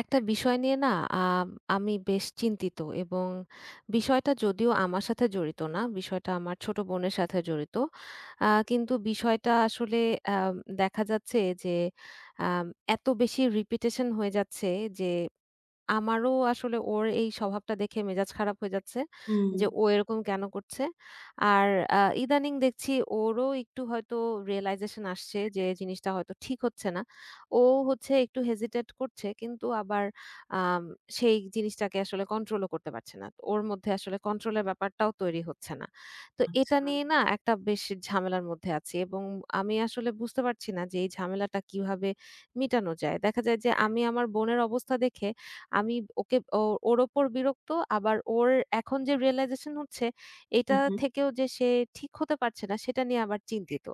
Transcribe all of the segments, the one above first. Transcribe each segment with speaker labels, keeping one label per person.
Speaker 1: একটা বিষয় নিয়ে না আম আমি বেশ চিন্তিত এবং বিষয়টা যদিও আমার সাথে জড়িত না, বিষয়টা আমার ছোট বোনের সাথে জড়িত। কিন্তু বিষয়টা আসলে আম দেখা যাচ্ছে যে আম এত বেশি রিপিটেশন হয়ে যাচ্ছে যে আমারও আসলে ওর এই স্বভাবটা দেখে মেজাজ খারাপ হয়ে যাচ্ছে
Speaker 2: হুম,
Speaker 1: যে ও এরকম কেন করছে? আর ইদানিং দেখছি ওরও একটু হয়তো realization আসছে যে জিনিসটা হয়তো ঠিক হচ্ছে না। ও হচ্ছে একটু hesitate করছে কিন্তু আবার আম সেই জিনিসটাকে আসলে কন্ট্রোলও করতে পারছে না। ওর মধ্যে আসলে কন্ট্রোলের ব্যাপারটাও তৈরি হচ্ছে না। তো এটা
Speaker 2: আচ্ছা।
Speaker 1: নিয়ে না একটা বেশ ঝামেলার মধ্যে আছি এবং আমি আসলে বুঝতে পারছি না যে এই ঝামেলাটা কিভাবে মিটানো যায়। দেখা যায় যে আমি আমার বোনের অবস্থা দেখে আমি ওকে ও ওর ওপর বিরক্ত। আবার ওর এখন যে realization হচ্ছে,
Speaker 2: হু,
Speaker 1: এটা
Speaker 2: হু।
Speaker 1: থেকেও যে সে ঠিক হতে পারছে না, সেটা নিয়ে আবার চিন্তিত।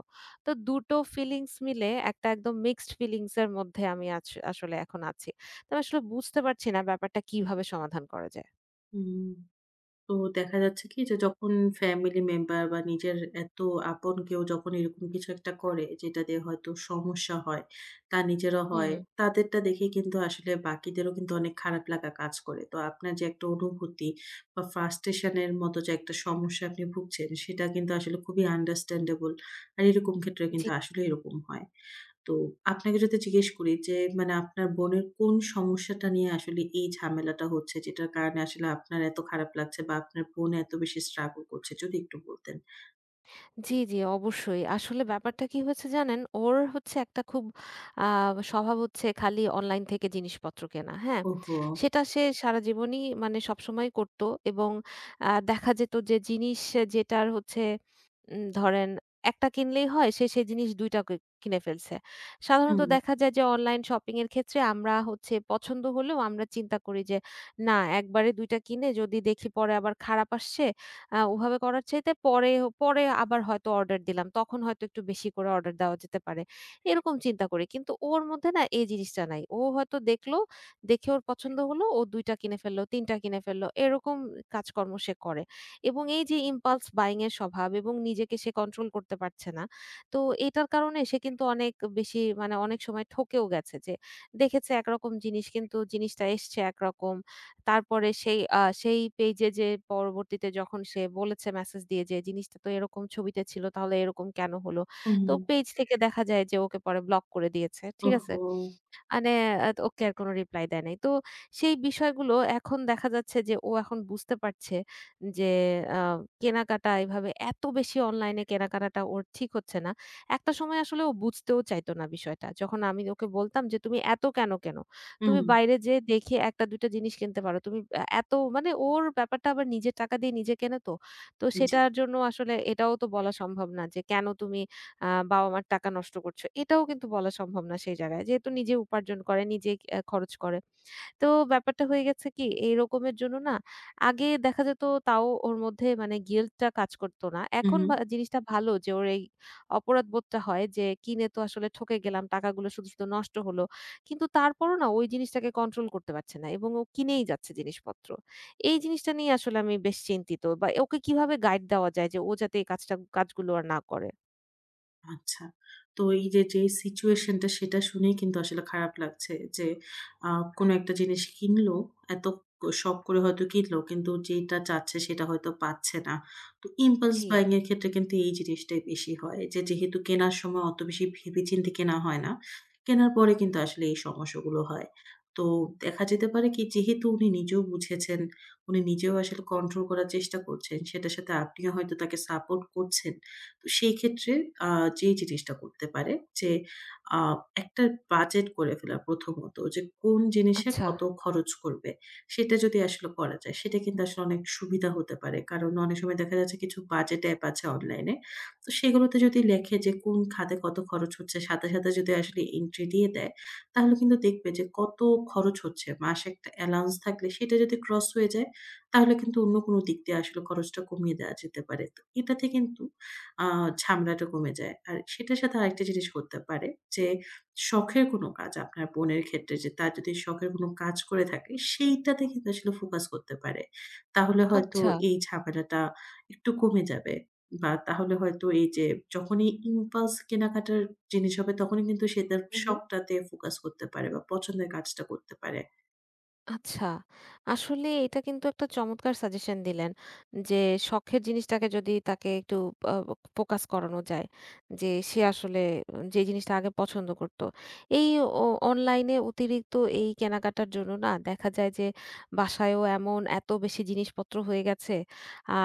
Speaker 1: তো দুটো ফিলিংস মিলে একটা একদম মিক্সড ফিলিংস এর মধ্যে আমি আছ আসলে এখন আছি। তো আমি আসলে বুঝতে পারছি না ব্যাপারটা কিভাবে সমাধান করা যায়।
Speaker 2: হুম। তো দেখা যাচ্ছে কি যে যখন ফ্যামিলি মেম্বার বা নিজের এত আপন কেউ যখন এরকম কিছু একটা করে যেটা দিয়ে হয়তো সমস্যা হয়, তার নিজেরও
Speaker 1: হুম।
Speaker 2: হয়, তাদেরটা দেখে কিন্তু আসলে বাকিদেরও কিন্তু অনেক খারাপ লাগা কাজ করে। তো আপনার যে একটা অনুভূতি বা frustration এর মতো যে একটা সমস্যা আপনি ভুগছেন সেটা কিন্তু আসলে খুবই understandable। আর এরকম ক্ষেত্রে
Speaker 1: জি।
Speaker 2: কিন্তু আসলে এরকম হয়। তো আপনাকে যদি জিজ্ঞেস করি যে মানে আপনার বোনের কোন সমস্যাটা নিয়ে আসলে এই ঝামেলাটা হচ্ছে? যেটার কারণে আসলে আপনার এত খারাপ লাগছে বা আপনার বোন এত বেশি struggle করছে? যদি একটু বলতেন।
Speaker 1: জি, জি, অবশ্যই। আসলে ব্যাপারটা কি হয়েছে জানেন? ওর হচ্ছে একটা খুব আ স্বভাব হচ্ছে খালি অনলাইন থেকে জিনিসপত্র কেনা। হ্যাঁ?
Speaker 2: ওহো!
Speaker 1: সেটা সে সারাজীবনই মানে সবসময় করত এবং দেখা যেত যে জিনিস যেটার হচ্ছে ধরেন ১ টা কিনলেই হয়, সে সেই জিনিস ২ টা কিনে ফেলছে। সাধারণত
Speaker 2: হুম,
Speaker 1: দেখা যায় যে অনলাইন শপিং এর ক্ষেত্রে আমরা হচ্ছে পছন্দ হলেও আমরা চিন্তা করি যে, "না একবারে ২ টা কিনে যদি দেখি পরে আবার খারাপ আসছে ওভাবে করার চাইতে পরে পরে আবার হয়তো অর্ডার দিলাম। তখন হয়তো একটু বেশি করে অর্ডার দেওয়া যেতে পারে। এরকম চিন্তা করি। কিন্তু ওর মধ্যে না এই জিনিসটা নাই। ও হয়তো দেখলো, দেখে ওর পছন্দ হলো, ও ২ টা কিনে ফেললো, ৩ টা কিনে ফেললো। এরকম কাজকর্ম সে করে। এবং এই যে impulse buying এর স্বভাব এবং নিজেকে সে কন্ট্রোল করতে পারছে না। তো এটার কারণে সে কিন্তু অনেক বেশি মানে অনেক সময় ঠকেও গেছে যে দেখেছে একরকম জিনিস কিন্তু জিনিসটা এসছে একরকম। তারপরে সেই পেইজে যে পরবর্তীতে যখন সে বলেছে মেসেজ দিয়ে যে, "জিনিসটা তো এরকম ছবিতে ছিল তাহলে এরকম কেন হলো?"
Speaker 2: হুম,
Speaker 1: তো পেইজ থেকে দেখা যায় যে ওকে পরে ব্লক করে দিয়েছে। ঠিক আছে?
Speaker 2: ওহো!
Speaker 1: মানে ওকে আর কোনো রিপ্লাই দেয় নাই। তো সেই বিষয়গুলো এখন দেখা যাচ্ছে যে ও এখন বুঝতে পারছে যে আ কেনাকাটা এভাবে এত বেশি অনলাইনে কেনাকাটাটা ওর ঠিক হচ্ছে না। একটা সময় আসলে ও বুঝতেও চাইতো না বিষয়টা। যখন আমি ওকে বলতাম যে, "তুমি এত কেন কেনো?
Speaker 2: হুম,
Speaker 1: তুমি বাইরে যেয়ে দেখে ১ টা ২ টা জিনিস কিনতে পারো। তুমি এত" মানে ওর ব্যাপারটা আবার নিজের টাকা দিয়ে নিজে কেনে তো। তো
Speaker 2: জি,
Speaker 1: সেটার জন্য আসলে এটাও তো বলা সম্ভব না যে, "কেন তুমি আ বাবা-মার টাকা নষ্ট করছো। এটাও কিন্তু বলা সম্ভব না সেই জায়গায়। যেহেতু নিজে উপার্জন করে, নিজে খরচ করে। তো ব্যাপারটা হয়ে গেছে কি এইরকমের জন্য না আগে দেখা যেত তাও ওর মধ্যে মানে guilt টা কাজ করতো না। এখন
Speaker 2: হুম।
Speaker 1: জিনিসটা ভালো যে ওর এই অপরাধবোধটা হয় যে কিনে তো আসলে ঠকে গেলাম, টাকাগুলো শুধু, শুধু নষ্ট হলো। কিন্তু তারপরও না ওই জিনিসটাকে কন্ট্রোল করতে পারছে না এবং ও কিনেই যাচ্ছে জিনিসপত্র। এই জিনিসটা নিয়ে আসলে আমি বেশ চিন্তিত বা ওকে কিভাবে গাইড দেওয়া যায় যে ও যাতে এই কাজগুলো আর না করে?
Speaker 2: আচ্ছা। তো এই যে, যেই সিচুয়েশনটা সেটা শুনেই কিন্তু আসলে খারাপ লাগছে যে, আ কোনো একটা জিনিস কিনলো, এত শখ করে হয়তো কিনলো কিন্তু যেটা চাচ্ছে সেটা হয়তো পাচ্ছে না। তো impulse
Speaker 1: জি।
Speaker 2: buying এর ক্ষেত্রে কিন্তু এই জিনিসটাই বেশি হয় যে, যেহেতু কেনার সময় অত বেশি ভেবেচিন্তে কেনা হয় না, কেনার পরে
Speaker 1: হুম।
Speaker 2: কিন্তু আসলে এই সমস্যাগুলো হয়। তো দেখা যেতে পারে কি যেহেতু উনি নিজেও বুঝেছেন, উনি নিজেও আসলে কন্ট্রোল করার চেষ্টা করছেন, সেটার সাথে আপনিও হয়তো তাকে সাপোর্ট করছেন। তো সেই ক্ষেত্রে আ যেই জিনিসটা করতে পারে যে আ একটা বাজেট করে ফেলা প্রথমত যে কোন জিনিসে
Speaker 1: আচ্ছা,
Speaker 2: কত খরচ করবে। সেটা যদি আসলে করা যায় সেটা কিন্তু আসলে অনেক সুবিধা হতে পারে। কারণ অনেক সময় দেখা যাচ্ছে কিছু বাজেট অ্যাপ আছে অনলাইনে। তো সেগুলোতে যদি লেখে যে কোন খাতে কত খরচ হচ্ছে সাথে, সাথে যদি আসলে এন্ট্রি দিয়ে দেয় তাহলে কিন্তু দেখবে যে কত খরচ হচ্ছে। মাসে একটা অ্যালাউন্স থাকলে সেটা যদি ক্রস হয়ে যায় তাহলে কিন্তু অন্য কোনো দিক দিয়ে আসলে খরচটা কমিয়ে দেওয়া যেতে পারে। তো এটাতে কিন্তু আ ঝামেলাটা কমে যায়। আর সেটার সাথে আরেকটা জিনিস হতে পারে যে, শখের কোনো কাজ আপনার বোনের ক্ষেত্রে যে তার যদি শখের কোনো কাজ করে থাকে, সেইটাতে কিন্তু আসলে ফোকাস করতে পারে। তাহলে হয়তো
Speaker 1: আচ্ছা।
Speaker 2: এই ঝামেলাটা একটু কমে যাবে। বা তাহলে হয়তো এই যে যখনই impulse কেনাকাটার জিনিস হবে তখনই কিন্তু সে তার
Speaker 1: হু, হু।
Speaker 2: শখটাতে ফোকাস করতে পারে বা পছন্দের কাজটা করতে পারে।
Speaker 1: আচ্ছা। আসলে এটা কিন্তু একটা চমৎকার সাজেশন দিলেন। যে শখের জিনিসটাকে যদি তাকে একটু আ ফোকাস করানো যায়। যে সে আসলে যে জিনিসটা আগে পছন্দ করত। এই অ অনলাইনে অতিরিক্ত এই কেনাকাটার জন্য না দেখা যায় যে বাসায়ও এমন এত বেশি জিনিসপত্র হয়ে গেছে।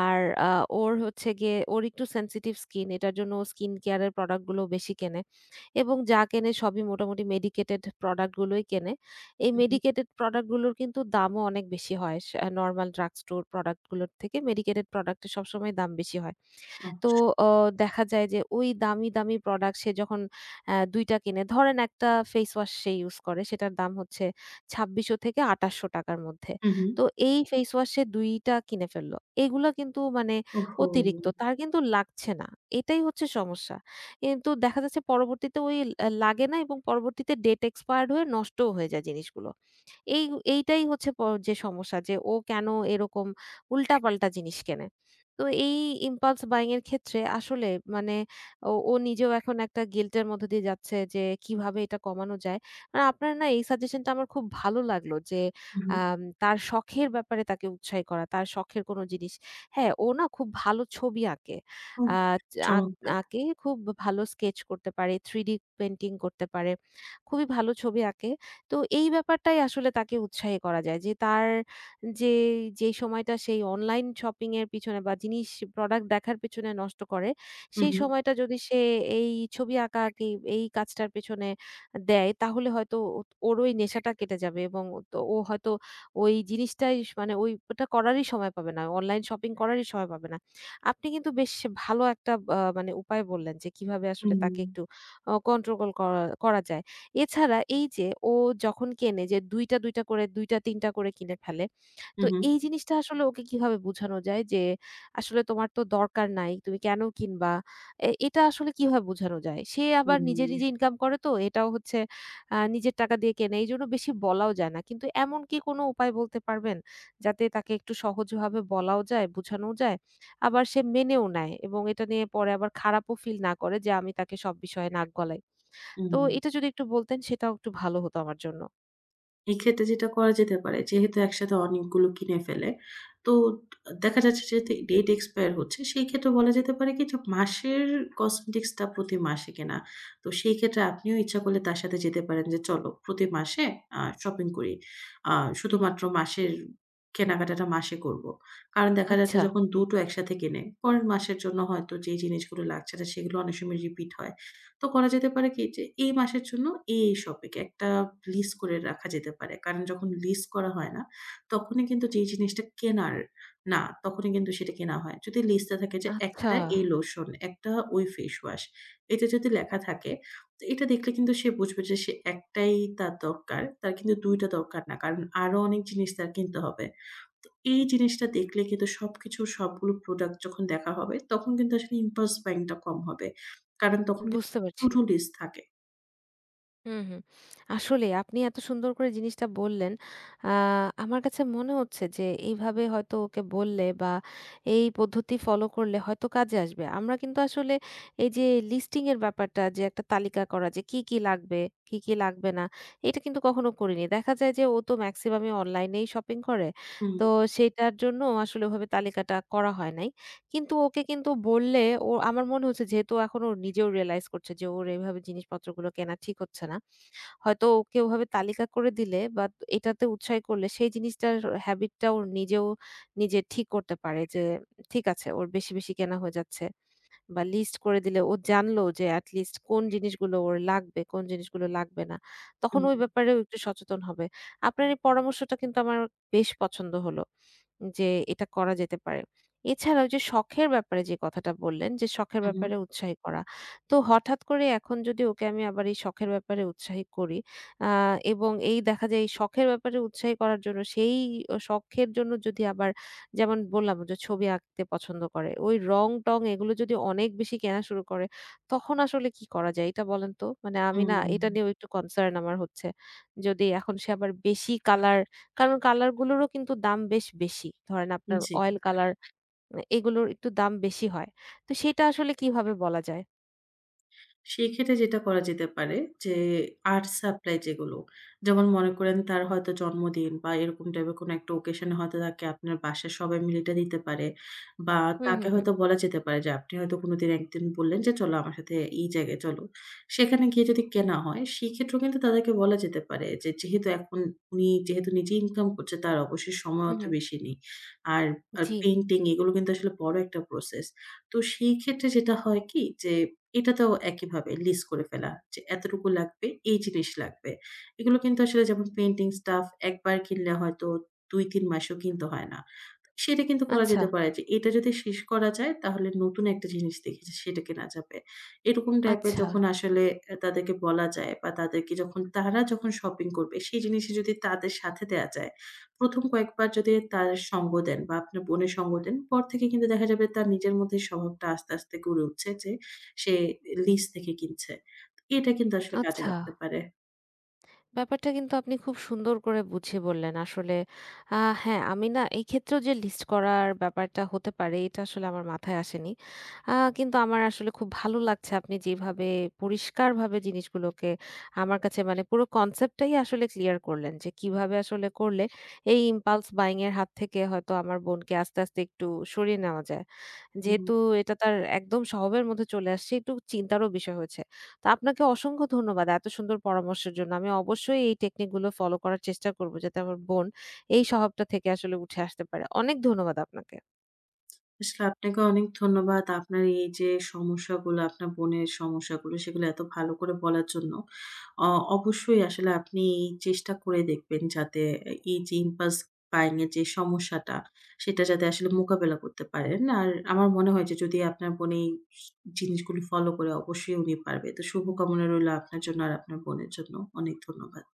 Speaker 1: আর আ ওর হচ্ছে গিয়ে ওর একটু সেনসিটিভ স্কিন এটার জন্য ও স্কিন কেয়ার এর প্রোডাক্ট গুলো বেশি কেনে এবং যা কেনে সবই মোটামুটি মেডিকেটেড প্রোডাক্ট গুলোই কেনে। এই
Speaker 2: হু, হু।
Speaker 1: মেডিকেটেড প্রোডাক্ট গুলোর কিন্তু দামও অনেক বেশি হয়। নরমাল ড্রাগ স্টোর প্রোডাক্ট গুলোর থেকে মেডিকেটেড প্রোডাক্ট এর সবসময় দাম বেশি হয়। তো
Speaker 2: ওহ!
Speaker 1: অ দেখা যায় যে ওই দামি, দামি প্রোডাক্ট সে যখন ২ টা কিনে ধরেন একটা ফেস ওয়াশ সে ইউজ করে সেটার দাম হচ্ছে ৳২,৬০০-৳২,৮০০ র মধ্যে।
Speaker 2: হু, হু।
Speaker 1: তো এই ফেস ওয়াশ সে ২ টা কিনে ফেললো। এগুলা কিন্তু মানে
Speaker 2: ওহহো!
Speaker 1: অতিরিক্ত। তার কিন্তু লাগছে না। এটাই হচ্ছে সমস্যা। কিন্তু দেখা যাচ্ছে পরবর্তীতে ওই লাগে না এবং পরবর্তীতে ডেট এক্সপায়ার্ড হয়ে নষ্টও হয়ে যায় জিনিসগুলো। এই এইটাই হচ্ছে যে সমস্যা যে ও কেন এরকম উল্টাপাল্টা জিনিস কেনে। তো এই impulse buying এর ক্ষেত্রে আসলে মানে ও ও নিজেও এখন একটা guilt এর মধ্য দিয়ে যাচ্ছে যে কিভাবে এটা কমানো যায়। আর আপনার না এই সাজেশনটা আমার খুব ভালো লাগলো যে
Speaker 2: হু, হু।
Speaker 1: তার শখের ব্যাপারে তাকে উৎসাহী করা। তার শখের কোনো জিনিস হ্যাঁ, ও না খুব ভালো ছবি আঁকে।
Speaker 2: ওহ!
Speaker 1: আ আঁক
Speaker 2: চমৎকার!
Speaker 1: আঁকে খুব ভালো স্কেচ করতে পারে, 3D পেইন্টিং করতে পারে। খুবই ভালো ছবি আঁকে। তো এই ব্যাপারটাই আসলে তাকে উৎসাহী করা যায় যে তার যে যেই সময়টা সেই অনলাইন শপিং এর পিছনে বা জিনিস প্রোডাক্ট দেখার পেছনে নষ্ট করে,
Speaker 2: হু,
Speaker 1: সেই
Speaker 2: হু।
Speaker 1: সময়টা যদি সে এই ছবি আঁকাআঁকি এই কাজটার পেছনে দেয় তাহলে হয়তো ও ওর ওই নেশাটা কেটে যাবে এবং ও হয়তো মানে ওই ওটা করারই সময় পাবে না। অনলাইন শপিং করারই সময় পাবে না। আপনি কিন্তু বেশ ভালো একটা মানে উপায় বললেন যে কিভাবে আসলে তাকে
Speaker 2: হুম।
Speaker 1: একটু কন্ট্রোল করা করা যায়। এছাড়া এই যে ও যখন কেনে যে ২ টা ২ টা করে ২ টা ৩ টা করে কিনে ফেলে।
Speaker 2: হু,
Speaker 1: তো
Speaker 2: হু।
Speaker 1: এই জিনিসটা আসলে ওকে কিভাবে বোঝানো যায় যে, আসলে তোমার তো দরকার নাই। তুমি কেন কিনবা? এটা আসলে কিভাবে বোঝানো যায়? সে আবার নিজে, নিজে
Speaker 2: হুম।
Speaker 1: ইনকাম করে তো এটাও হচ্ছে নিজের টাকা দিয়ে কেনে। এইজন্য বেশি বলাও যায় না। কিন্তু এমন কি কোনো উপায় বলতে পারবেন? যাতে তাকে একটু সহজভাবে বলাও যায়, বোঝানোও যায়। আবার সে মেনেও নেয় এবং এটা নিয়ে পরে আবার খারাপও ফিল না করে যে আমি তাকে সব বিষয়ে নাক গলাই।
Speaker 2: হুম,
Speaker 1: তো এটা যদি একটু বলতেন সেটাও একটু ভালো হতো আমার জন্য।
Speaker 2: এক্ষেত্রে যেটা করা যেতে পারে যেহেতু একসাথে অনেকগুলো কিনে ফেলে, তো দেখা যাচ্ছে যে ডেট এক্সপায়ার হচ্ছে। সেই ক্ষেত্রে বলা যেতে পারে কি যে মাসের কসমেটিক্স টা প্রতি মাসে কেনা। তো সেই ক্ষেত্রে আপনিও ইচ্ছা করলে তার সাথে যেতে পারেন যে চলো প্রতি মাসে শপিং করি। আ শুধুমাত্র মাসের কেনাকাটাটা মাসে করব। কারণ দেখা যাচ্ছে
Speaker 1: আচ্ছা,
Speaker 2: যখন ২ টো একসাথে কেনে, পরের মাসের জন্য হয়তো যে জিনিসগুলো লাগছে না সেগুলো অনেক সময় রিপিট হয়। তো করা যেতে পারে কি যে এই মাসের জন্য এই শপিংয়ে একটা লিস্ট করে রাখা যেতে পারে। কারণ যখন লিস্ট করা হয় না, তখনই কিন্তু যে জিনিসটা কেনার না, তখনই কিন্তু সেটা কেনা হয়। যদি লিস্টে থাকে যে
Speaker 1: আচ্ছা
Speaker 2: একটা এই লোশন, একটা ওই ফেস ওয়াশ, এটা যদি লেখা থাকে, তো এটা দেখলে কিন্তু সে বুঝবে যে সে একটাই তার দরকার। তার কিন্তু ২ টা দরকার না। কারণ আরো অনেক জিনিস তার কিনতে হবে। তো এই জিনিসটা দেখলে কিন্তু সবকিছু সবগুলো প্রোডাক্ট যখন দেখা হবে, তখন কিন্তু আসলে impulse buying টা কম হবে। কারণ তখন
Speaker 1: বুঝতে পারছি।
Speaker 2: to-do list থাকে।
Speaker 1: হুম, হুম। আসলে আপনি এত সুন্দর করে জিনিসটা বললেন। আ আমার কাছে মনে হচ্ছে যে এইভাবে হয়তো ওকে বললে বা এই পদ্ধতি ফলো করলে হয়তো কাজে আসবে। আমরা কিন্তু আসলে এই যে লিস্টিং এর ব্যাপারটা যে একটা তালিকা করা যে কি, কি লাগবে, কি, কি লাগবে না এটা কিন্তু কখনো করিনি। দেখা যায় যে ও তো মেক্সিমামই অনলাইনেই শপিং করে।
Speaker 2: হুম,
Speaker 1: তো সেটার জন্য আসলে ওভাবে তালিকাটা করা হয় নাই। কিন্তু ওকে কিন্তু বললে ও আমার মনে হচ্ছে যেহেতু এখন ও নিজেও রিয়ালাইজ করছে যে ওর এভাবে জিনিসপত্রগুলো কেনা ঠিক হচ্ছে না। হয়তো ওকে ওভাবে তালিকা করে দিলে বা এটাতে উৎসাহী করলে সেই জিনিসটার হ্যাবিটটা ওর নিজেও নিজে ঠিক করতে পারে যে ঠিক আছে ওর বেশি, বেশি কেনা হয়ে যাচ্ছে বা লিস্ট করে দিলে ও জানলো যে এট লিস্ট কোন জিনিসগুলো ওর লাগবে, কোন জিনিসগুলো লাগবে না। তখন
Speaker 2: হুম,
Speaker 1: ওই ব্যাপারেও একটু সচেতন হবে। আপনার এই পরামর্শটা কিন্তু আমার বেশ পছন্দ হলো। যে এটা করা যেতে পারে। এছাড়াও যে শখের ব্যাপারে যে কথাটা বললেন যে শখের
Speaker 2: হুম,
Speaker 1: ব্যাপারে উৎসাহী করা। তো হঠাৎ করে এখন যদি ওকে আমি আবার এই শখের ব্যাপারে উৎসাহী করি আ এবং এই দেখা যায় এই শখের ব্যাপারে উৎসাহী করার জন্য সেই শখের জন্য যদি আবার যেমন বললাম যে ছবি আঁকতে পছন্দ করে। ওই রং-টং এগুলো যদি অনেক বেশি কেনা শুরু করে তখন আসলে কি করা যায়? এটা বলেন তো? মানে আমি না এটা নিয়েও একটু কনসার্ন আমার হচ্ছে। যদি এখন সে আবার বেশি কালার কারণ কালার গুলোরও কিন্তু দাম বেশ বেশি। ধরেন
Speaker 2: হুম,
Speaker 1: আপনার
Speaker 2: জি।
Speaker 1: অয়েল কালার এগুলোর একটু দাম বেশি হয়। তো সেটা আসলে কিভাবে বলা যায়?
Speaker 2: সেক্ষেত্রে যেটা করা যেতে পারে যে, আর্ট সাপ্লাই যেগুলো, যেমন মনে করেন তার হয়তো জন্মদিন বা এরকম টাইপের কোনো একটা ওকেশন এ হয়তো তাকে আপনার বাসার সবাই মিলে এটা দিতে পারে। বা
Speaker 1: হুম,
Speaker 2: তাকে
Speaker 1: হুম, হুম।
Speaker 2: হয়তো বলা যেতে পারে যে, আপনি হয়তো কোনোদিন একদিন বললেন যে, "চলো আমার সাথে এই জায়গায় চলো।" সেখানে গিয়ে যদি কেনা হয়, সেক্ষেত্রেও কিন্তু তাদেরকে বলা যেতে পারে যে, যেহেতু এখন উনি যেহেতু নিজে ইনকাম করছে, তার অবশ্যই সময়
Speaker 1: হুম,
Speaker 2: অত
Speaker 1: হুম।
Speaker 2: বেশি নেই। আর আর
Speaker 1: জি।
Speaker 2: পেইন্টিং এগুলো কিন্তু আসলে বড় একটা প্রসেস। তো সেই ক্ষেত্রে যেটা হয় কি যে এটাতেও একইভাবে লিস্ট করে ফেলা যে এতটুকু লাগবে, এই জিনিস লাগবে। এগুলো কিন্তু আসলে যেমন পেইন্টিং স্টাফ একবার কিনলে হয়তো ২-৩ মাসও কিনতে হয় না। সেটা কিন্তু করা
Speaker 1: আচ্ছা,
Speaker 2: যেতে পারে যে এটা যদি শেষ করা যায় তাহলে নতুন একটা জিনিস দেখেছি সেটা কেনা যাবে। এরকম টাইপের
Speaker 1: আচ্ছা,
Speaker 2: যখন আসলে তাদেরকে বলা যায় বা তাদেরকে যখন তারা যখন শপিং করবে সেই জিনিসই যদি তাদের সাথে দেয়া যায়, ১ম কয়েকবার যদি তার সঙ্গ দেন বা আপনার বোনের সঙ্গ দেন, পর থেকে কিন্তু দেখা যাবে তার নিজের মধ্যে স্বভাবটা আস্তে, আস্তে গড়ে উঠছে যে সে লিস্ট থেকে কিনছে। এটা কিন্তু আসলে কাজে
Speaker 1: আচ্ছা।
Speaker 2: লাগতে পারে।
Speaker 1: ব্যাপারটা কিন্তু আপনি খুব সুন্দর করে বুঝিয়ে বললেন। আসলে হ্যাঁ, আমি না এই ক্ষেত্রেও যে লিস্ট করার ব্যাপারটা হতে পারে, এটা আসলে আমার মাথায় আসেনি। কিন্তু আমার আসলে খুব ভালো লাগছে আপনি যেভাবে পরিষ্কারভাবে জিনিসগুলোকে আমার কাছে মানে পুরো কনসেপ্টটাই আসলে ক্লিয়ার করলেন যে কিভাবে আসলে করলে এই impulse buying এর হাত থেকে হয়তো আমার বোনকে আস্তে, আস্তে একটু সরিয়ে নেওয়া যায়।
Speaker 2: হুম।
Speaker 1: যেহেতু এটা তার একদম স্বভাবের মধ্যে চলে আসছে, একটু চিন্তারও বিষয় হয়েছে। তো আপনাকে অসংখ্য ধন্যবাদ এত সুন্দর পরামর্শের জন্য। আমি অবশ্যই এই টেকনিক গুলো ফলো করার চেষ্টা করব যাতে আমার বোন এই স্বভাবটা থেকে আসলে উঠে আসতে পারে। অনেক ধন্যবাদ আপনাকে।
Speaker 2: আসলে আপনাকে অনেক ধন্যবাদ। আপনার এই যে সমস্যাগুলো, আপনার বোনের সমস্যাগুলো সেগুলো এত ভালো করে বলার জন্য। অ অবশ্যই আসলে আপনি চেষ্টা করে দেখবেন যাতে এই যে impulse buying এর যে সমস্যাটা সেটা যাতে আসলে মোকাবেলা করতে পারেন। আর আমার মনে হয় যে যদি আপনার বোন এই জিনিসগুলো ফলো করে অবশ্যই উনি পারবে। তো শুভকামনা রইলো আপনার জন্য আর আপনার বোনের জন্য। অনেক ধন্যবাদ।